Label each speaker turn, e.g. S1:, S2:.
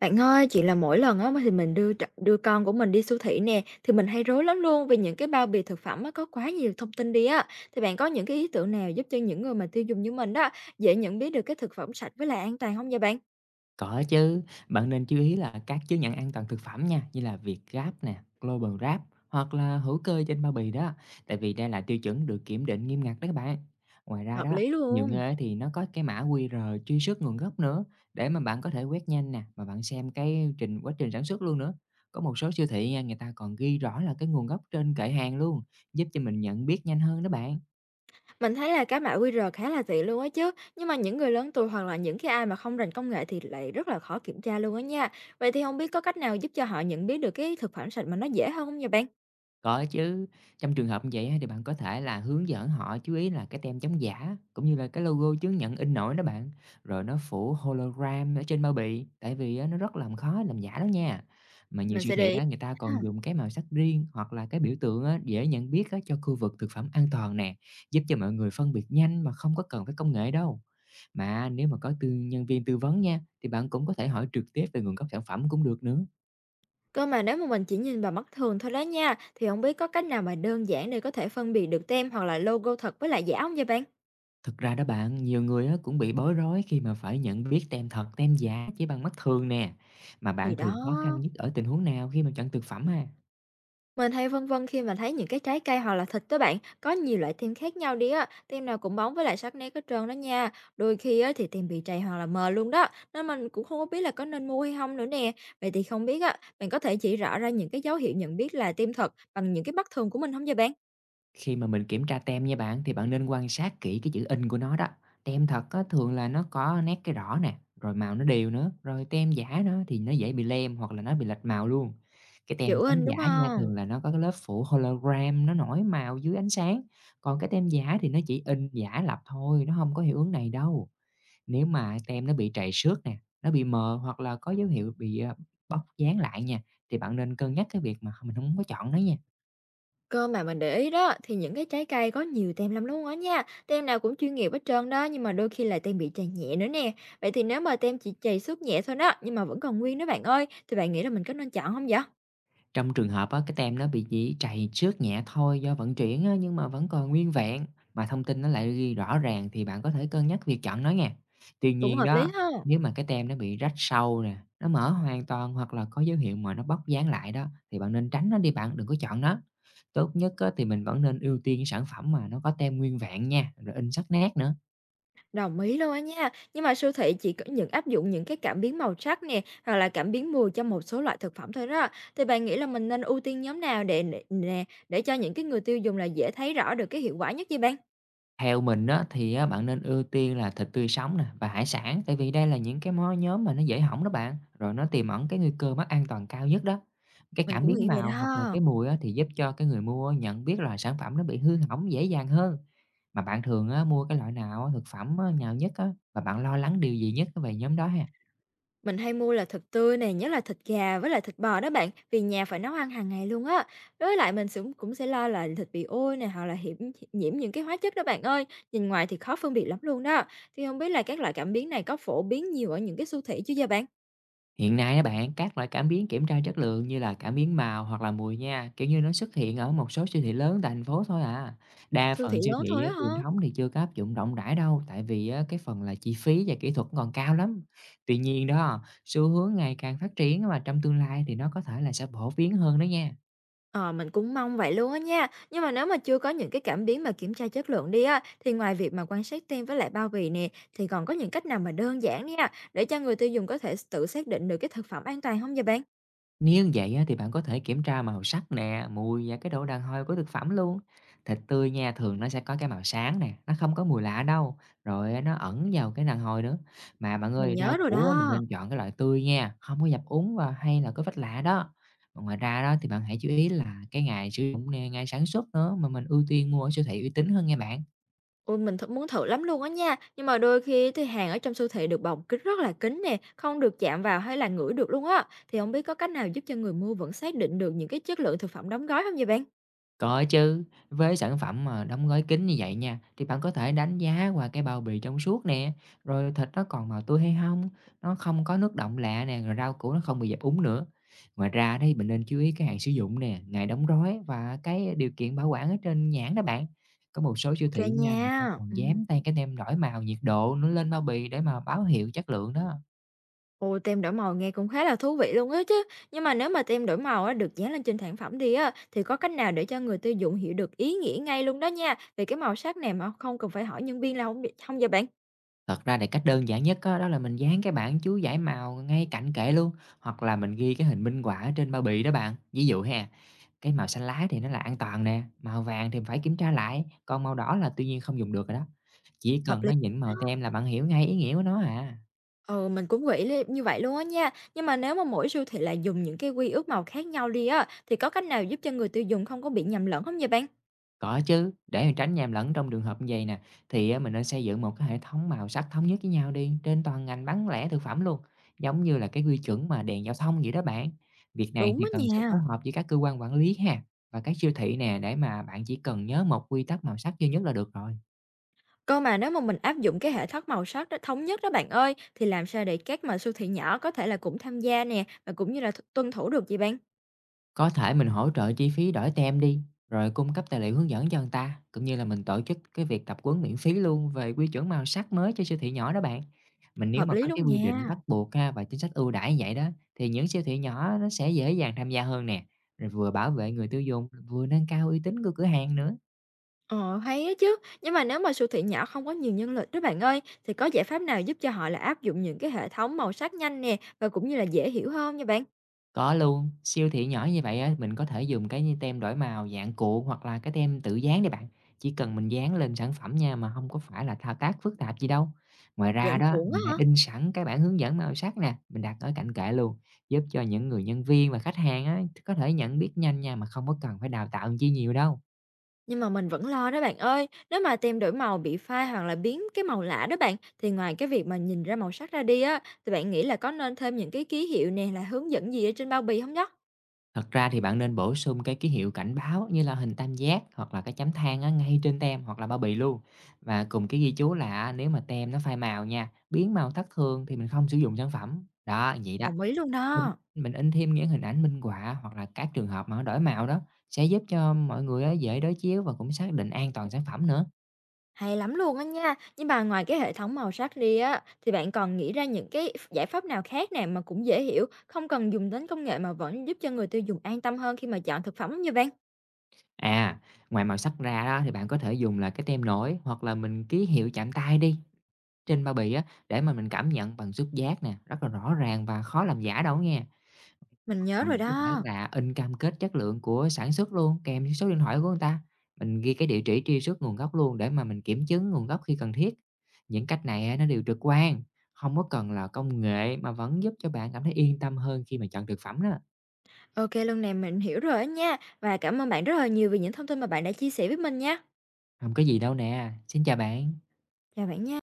S1: Bạn ơi, chỉ là mỗi lần á, thì mình đưa con của mình đi siêu thị nè, thì mình hay rối lắm luôn vì những cái bao bì thực phẩm á, có quá nhiều thông tin đi á. Thì bạn có những cái ý tưởng nào giúp cho những người mà tiêu dùng như mình đó, dễ nhận biết được cái thực phẩm sạch với lại an toàn không vậy bạn?
S2: Có chứ, bạn nên chú ý là các chứng nhận an toàn thực phẩm nha, như là Việt Gáp nè, Global Gap hoặc là hữu cơ trên bao bì đó, tại vì đây là tiêu chuẩn được kiểm định nghiêm ngặt đó các bạn. Ngoài ra
S1: Hợp
S2: đó,
S1: lý
S2: nhiều
S1: luôn.
S2: nơi á thì nó có cái mã QR truy xuất nguồn gốc nữa để mà bạn có thể quét nhanh nè, mà bạn xem cái quá trình sản xuất luôn nữa. Có một số siêu thị nha, người ta còn ghi rõ là cái nguồn gốc trên kệ hàng luôn, giúp cho mình nhận biết nhanh hơn đó bạn.
S1: Mình thấy là cái mã QR khá là tiện luôn á chứ, nhưng mà những người lớn tuổi hoặc là những cái ai mà không rành công nghệ thì lại rất là khó kiểm tra luôn á nha. Vậy thì không biết có cách nào giúp cho họ nhận biết được cái thực phẩm sạch mà nó dễ hơn hông vậy bạn?
S2: Có chứ, trong trường hợp như vậy á thì bạn có thể là hướng dẫn họ chú ý là cái tem chống giả, cũng như là cái logo chứng nhận in nổi đó bạn. Rồi nó phủ hologram ở trên bao bì, tại vì á nó rất làm khó làm giả đó nha. Mà nhiều
S1: Mình
S2: siêu
S1: sẽ
S2: thị
S1: để ý.
S2: á, người ta còn dùng cái màu sắc riêng hoặc là cái biểu tượng á, dễ nhận biết á, cho khu vực thực phẩm an toàn nè, giúp cho mọi người phân biệt nhanh mà không có cần phải công nghệ đâu. Mà nếu mà có nhân viên tư vấn nha, thì bạn cũng có thể hỏi trực tiếp về nguồn gốc sản phẩm cũng được nữa.
S1: Cơ mà nếu mà mình chỉ nhìn vào mắt thường thôi đó nha, thì không biết có cách nào mà đơn giản để có thể phân biệt được tem hoặc là logo thật với lại giả không vậy bạn?
S2: Thực ra đó bạn, nhiều người á cũng bị bối rối khi mà phải nhận biết tem thật, tem giả chỉ bằng mắt thường nè. Mà
S1: Thì
S2: bạn
S1: đó,
S2: thường khó khăn nhất ở tình huống nào khi mà chọn thực phẩm ha?
S1: mình hay vân vân khi mà thấy những cái trái cây hoặc là thịt đó bạn, có nhiều loại tem khác nhau đi á, tem nào cũng bóng với lại sắc nét hết trơn đó nha. Đôi khi á thì tem bị trầy hoặc là mờ luôn đó, nên mình cũng không có biết là có nên mua hay không nữa nè. Vậy thì không biết á, bạn có thể chỉ rõ ra những cái dấu hiệu nhận biết là tem thật bằng những cái mắt thường của mình không vậy bạn?
S2: Khi mà mình kiểm tra tem nha bạn, thì bạn nên quan sát kỹ cái chữ in của nó đó. Tem thật á, thường là nó có nét cái rõ nè, rồi màu nó đều nữa, rồi tem giả nó thì nó dễ bị lem hoặc là nó bị lệch màu luôn. Cái tem
S1: Chữ
S2: trắng
S1: in,
S2: giả
S1: đúng
S2: nha
S1: không?
S2: thường là nó có cái lớp phủ hologram nó nổi màu dưới ánh sáng, còn cái tem giả thì nó chỉ in giả lập thôi, nó không có hiệu ứng này đâu. Nếu mà tem nó bị trầy xước nè, nó bị mờ hoặc là có dấu hiệu bị bóc dán lại nha, thì bạn nên cân nhắc cái việc mà mình không có chọn nó nha.
S1: Cơ mà mình để ý đó thì những cái trái cây có nhiều tem lắm luôn á nha. Tem nào cũng chuyên nghiệp hết trơn đó, nhưng mà đôi khi là tem bị tràn nhẹ nữa nè. Vậy thì nếu mà tem chỉ trầy xước nhẹ thôi đó nhưng mà vẫn còn nguyên đó bạn ơi, thì bạn nghĩ là mình có nên chọn không vậy?
S2: Trong trường hợp á, cái tem nó bị chỉ trầy xước nhẹ thôi do vận chuyển á, nhưng mà vẫn còn nguyên vẹn, mà thông tin nó lại ghi rõ ràng, thì bạn có thể cân nhắc việc chọn nó nha. Tuy
S1: Cũng
S2: nhiên
S1: hợp lý
S2: đó,
S1: ha.
S2: nếu mà cái tem nó bị rách sâu nè, nó mở hoàn toàn hoặc là có dấu hiệu mà nó bóc dán lại đó, thì bạn nên tránh nó đi bạn, đừng có chọn nó. Tốt nhất á, thì mình vẫn nên ưu tiên sản phẩm mà nó có tem nguyên vẹn nha, rồi in sắc nét nữa.
S1: Đồng ý luôn á nha. Nhưng mà siêu thị chỉ có những áp dụng những cái cảm biến màu sắc nè hoặc là cảm biến mùi cho một số loại thực phẩm thôi đó. Thì bạn nghĩ là mình nên ưu tiên nhóm nào để cho những cái người tiêu dùng là dễ thấy rõ được cái hiệu quả nhất vậy bạn?
S2: Theo mình á, thì á, bạn nên ưu tiên là thịt tươi sống nè và hải sản, tại vì đây là những cái món nhóm mà nó dễ hỏng đó bạn, rồi nó tiềm ẩn cái nguy cơ mất an toàn cao nhất đó. Cái
S1: Mình
S2: cảm
S1: cũng
S2: biến
S1: nghĩ vậy
S2: màu hoặc là
S1: đó.
S2: cái mùi á, thì giúp cho cái người mua nhận biết là sản phẩm nó bị hư hỏng dễ dàng hơn. Mà bạn thường á, mua cái loại nào á, thực phẩm á, nào nhất á, và bạn lo lắng điều gì nhất về nhóm đó ha?
S1: Mình hay mua là thịt tươi này, nhất là thịt gà với lại thịt bò đó bạn, vì nhà phải nấu ăn hàng ngày luôn á. Với lại mình cũng cũng sẽ lo là thịt bị ôi này hoặc là hiểm nhiễm những cái hóa chất đó bạn ơi. Nhìn ngoài thì khó phân biệt lắm luôn đó. Thì không biết là các loại cảm biến này có phổ biến nhiều ở những cái siêu thị chứ dạ bạn?
S2: Hiện nay á bạn, các loại cảm biến kiểm tra chất lượng như là cảm biến màu hoặc là mùi nha, kiểu như nó xuất hiện ở một số siêu thị lớn tại thành phố thôi à. Đa
S1: Siêu
S2: phần
S1: thị
S2: siêu
S1: lớn
S2: thị
S1: thôi
S2: á,
S1: á hả?
S2: truyền thống thì chưa có áp dụng rộng rãi đâu, tại vì á, cái phần là chi phí và kỹ thuật còn cao lắm. Tuy nhiên đó, xu hướng ngày càng phát triển, mà trong tương lai thì nó có thể là sẽ phổ biến hơn đó nha.
S1: Ờ, mình cũng mong vậy luôn á nha. Nhưng mà nếu mà chưa có những cái cảm biến mà kiểm tra chất lượng đi á, thì ngoài việc mà quan sát tem với lại bao bì nè, thì còn có những cách nào mà đơn giản nha, để cho người tiêu dùng có thể tự xác định được cái thực phẩm an toàn không dạ bạn?
S2: Nếu như vậy á, thì bạn có thể kiểm tra màu sắc nè, mùi và cái độ đàn hồi của thực phẩm luôn. Thịt tươi nha, thường nó sẽ có cái màu sáng nè, nó không có mùi lạ đâu. Rồi á, nó ẩn vào cái đàn hồi nữa. Mà bạn
S1: Mình
S2: ơi, rau
S1: nhớ rồi
S2: củ á, mình
S1: đó.
S2: nên chọn cái loại tươi nha, không có dập úng và hay là có vết lạ đó. Mà ngoài ra đó thì bạn hãy chú ý là cái ngày sử dụng nè, ngày sản xuất nữa, mà mình ưu tiên mua ở siêu thị uy tín hơn nha bạn.
S1: Ôi, mình muốn thử lắm luôn á nha, nhưng mà đôi khi thì hàng ở trong siêu thị được bọc kín rất là kín nè, không được chạm vào hay là ngửi được luôn á. Thì không biết có cách nào giúp cho người mua vẫn xác định được những cái chất lượng thực phẩm đóng gói không vậy bạn?
S2: Có chứ, với sản phẩm mà đóng gói kín như vậy nha, thì bạn có thể đánh giá qua cái bao bì trong suốt nè, rồi thịt nó còn màu tươi hay không, nó không có nước đọng lạ nè, rồi rau củ nó không bị dập úng nữa. Ngoài ra đấy, mình nên chú ý cái hạn sử dụng nè, ngày đóng gói và cái điều kiện bảo quản ở trên nhãn đó bạn. Có một số siêu
S1: Ok
S2: thị nha, người ta
S1: nha.
S2: còn dán
S1: Ừm.
S2: tay cái tem đổi màu nhiệt độ nó lên bao bì để mà báo hiệu chất lượng đó.
S1: Ôi, tem đổi màu nghe cũng khá là thú vị luôn á chứ. Nhưng mà nếu mà tem đổi màu á được dán lên trên sản phẩm đi á, thì có cách nào để cho người tiêu dùng hiểu được ý nghĩa ngay luôn đó nha, về cái màu sắc này mà không cần phải hỏi nhân viên là không b vậy bạn?
S2: Thật ra thì cách đơn giản nhất á, đó là mình dán cái bảng chú giải màu ngay cạnh kệ luôn, hoặc là mình ghi cái hình minh họa ở trên bao bì đó bạn. Ví dụ ha, cái màu xanh lá thì nó là an toàn nè, màu vàng thì phải kiểm tra lại, còn màu đỏ là tuy nhiên không dùng được rồi đó. Chỉ
S1: Hợp
S2: cần
S1: lý.
S2: nó những màu tem là bạn hiểu ngay ý nghĩa của nó à.
S1: Ừ, mình cũng nghĩ như vậy luôn á nha. Nhưng mà nếu mà mỗi siêu thị lại dùng những cái quy ước màu khác nhau đi á, thì có cách nào giúp cho người tiêu dùng không có bị nhầm lẫn không vậy bạn?
S2: Có chứ, để mà tránh nhầm lẫn trong trường hợp như vậy nè, thì á mình nên xây dựng một cái hệ thống màu sắc thống nhất với nhau đi, trên toàn ngành bán lẻ thực phẩm luôn, giống như là cái quy chuẩn mà đèn giao thông vậy đó bạn. Việc này
S1: Đúng
S2: thì
S1: đó
S2: cần sự phối
S1: nha.
S2: hợp với các cơ quan quản lý ha, và các siêu thị nè, để mà bạn chỉ cần nhớ một quy tắc màu sắc duy nhất là được rồi.
S1: Cơ mà nếu mà mình áp dụng cái hệ thống màu sắc đó thống nhất đó bạn ơi, thì làm sao để các mà siêu thị nhỏ có thể là cũng tham gia nè, và cũng như là tuân thủ được vậy bạn?
S2: Có thể mình hỗ trợ chi phí đổi tem đi, rồi cung cấp tài liệu hướng dẫn cho người ta, cũng như là mình tổ chức cái việc tập huấn miễn phí luôn về quy chuẩn màu sắc mới cho siêu thị nhỏ đó bạn. Mình nếu
S1: Hợp
S2: mà
S1: lý
S2: có cái
S1: luôn
S2: quy định
S1: nha.
S2: bắt buộc ha và chính sách ưu đãi như vậy đó, thì những siêu thị nhỏ nó sẽ dễ dàng tham gia hơn nè, rồi vừa bảo vệ người tiêu dùng, vừa nâng cao uy tín của cửa hàng nữa.
S1: Ờ, hay á chứ. Nhưng mà nếu mà siêu thị nhỏ không có nhiều nhân lực đó bạn ơi, thì có giải pháp nào giúp cho họ là áp dụng những cái hệ thống màu sắc nhanh nè, và cũng như là dễ hiểu hơn nha bạn?
S2: Có luôn, siêu thị nhỏ như vậy á, mình có thể dùng cái như tem đổi màu dạng cuộn hoặc là cái tem tự dán đi bạn. Chỉ cần mình dán lên sản phẩm nha, mà không có phải là thao tác phức tạp gì đâu. Ngoài ra
S1: Dạng
S2: đó,
S1: cuộn á
S2: mình hãy
S1: hả?
S2: in sẵn cái bản hướng dẫn màu sắc nè, mình đặt ở cạnh kệ luôn, giúp cho những người nhân viên và khách hàng á, có thể nhận biết nhanh nha mà không có cần phải đào tạo chi nhiều đâu.
S1: Nhưng mà mình vẫn lo đó bạn ơi, nếu mà tem đổi màu bị phai hoặc là biến cái màu lạ đó bạn, thì ngoài cái việc mà nhìn ra màu sắc ra đi á, thì bạn nghĩ là có nên thêm những cái ký hiệu nè là hướng dẫn gì ở trên bao bì không nhá?
S2: Thật ra thì bạn nên bổ sung cái ký hiệu cảnh báo như là hình tam giác hoặc là cái chấm than á, ngay trên tem hoặc là bao bì luôn. Và cùng cái ghi chú là nếu mà tem nó phai màu nha, biến màu thất thường, thì mình không sử dụng sản phẩm. Đó, vậy đó.
S1: Đồng ý luôn
S2: Mình,
S1: đó.
S2: mình in thêm những hình ảnh minh họa hoặc là các trường hợp mà nó đổi màu đó, sẽ giúp cho mọi người á, dễ đối chiếu và cũng xác định an toàn sản phẩm nữa.
S1: Hay lắm luôn á nha. Nhưng mà ngoài cái hệ thống màu sắc đi á, thì bạn còn nghĩ ra những cái giải pháp nào khác nè mà cũng dễ hiểu, không cần dùng đến công nghệ mà vẫn giúp cho người tiêu dùng an tâm hơn khi mà chọn thực phẩm như bạn.
S2: À, ngoài màu sắc ra đó thì bạn có thể dùng là cái tem nổi hoặc là mình ký hiệu chạm tay đi trên bao bì á, để mà mình cảm nhận bằng xúc giác nè, rất là rõ ràng và khó làm giả đâu nghe.
S1: Mình
S2: Và
S1: nhớ rồi
S2: mình có thể
S1: đó.
S2: là in cam kết chất lượng của sản xuất luôn, kèm với số điện thoại của người ta. Mình ghi cái địa chỉ truy xuất nguồn gốc luôn để mà mình kiểm chứng nguồn gốc khi cần thiết. Những cách này á, nó đều trực quan, không có cần là công nghệ mà vẫn giúp cho bạn cảm thấy yên tâm hơn khi mà chọn thực phẩm đó.
S1: Ok luôn nè, mình hiểu rồi á nha. Và cảm ơn bạn rất là nhiều vì những thông tin mà bạn đã chia sẻ với mình nha.
S2: Không có gì đâu nè. Xin chào bạn.
S1: Chào bạn nha.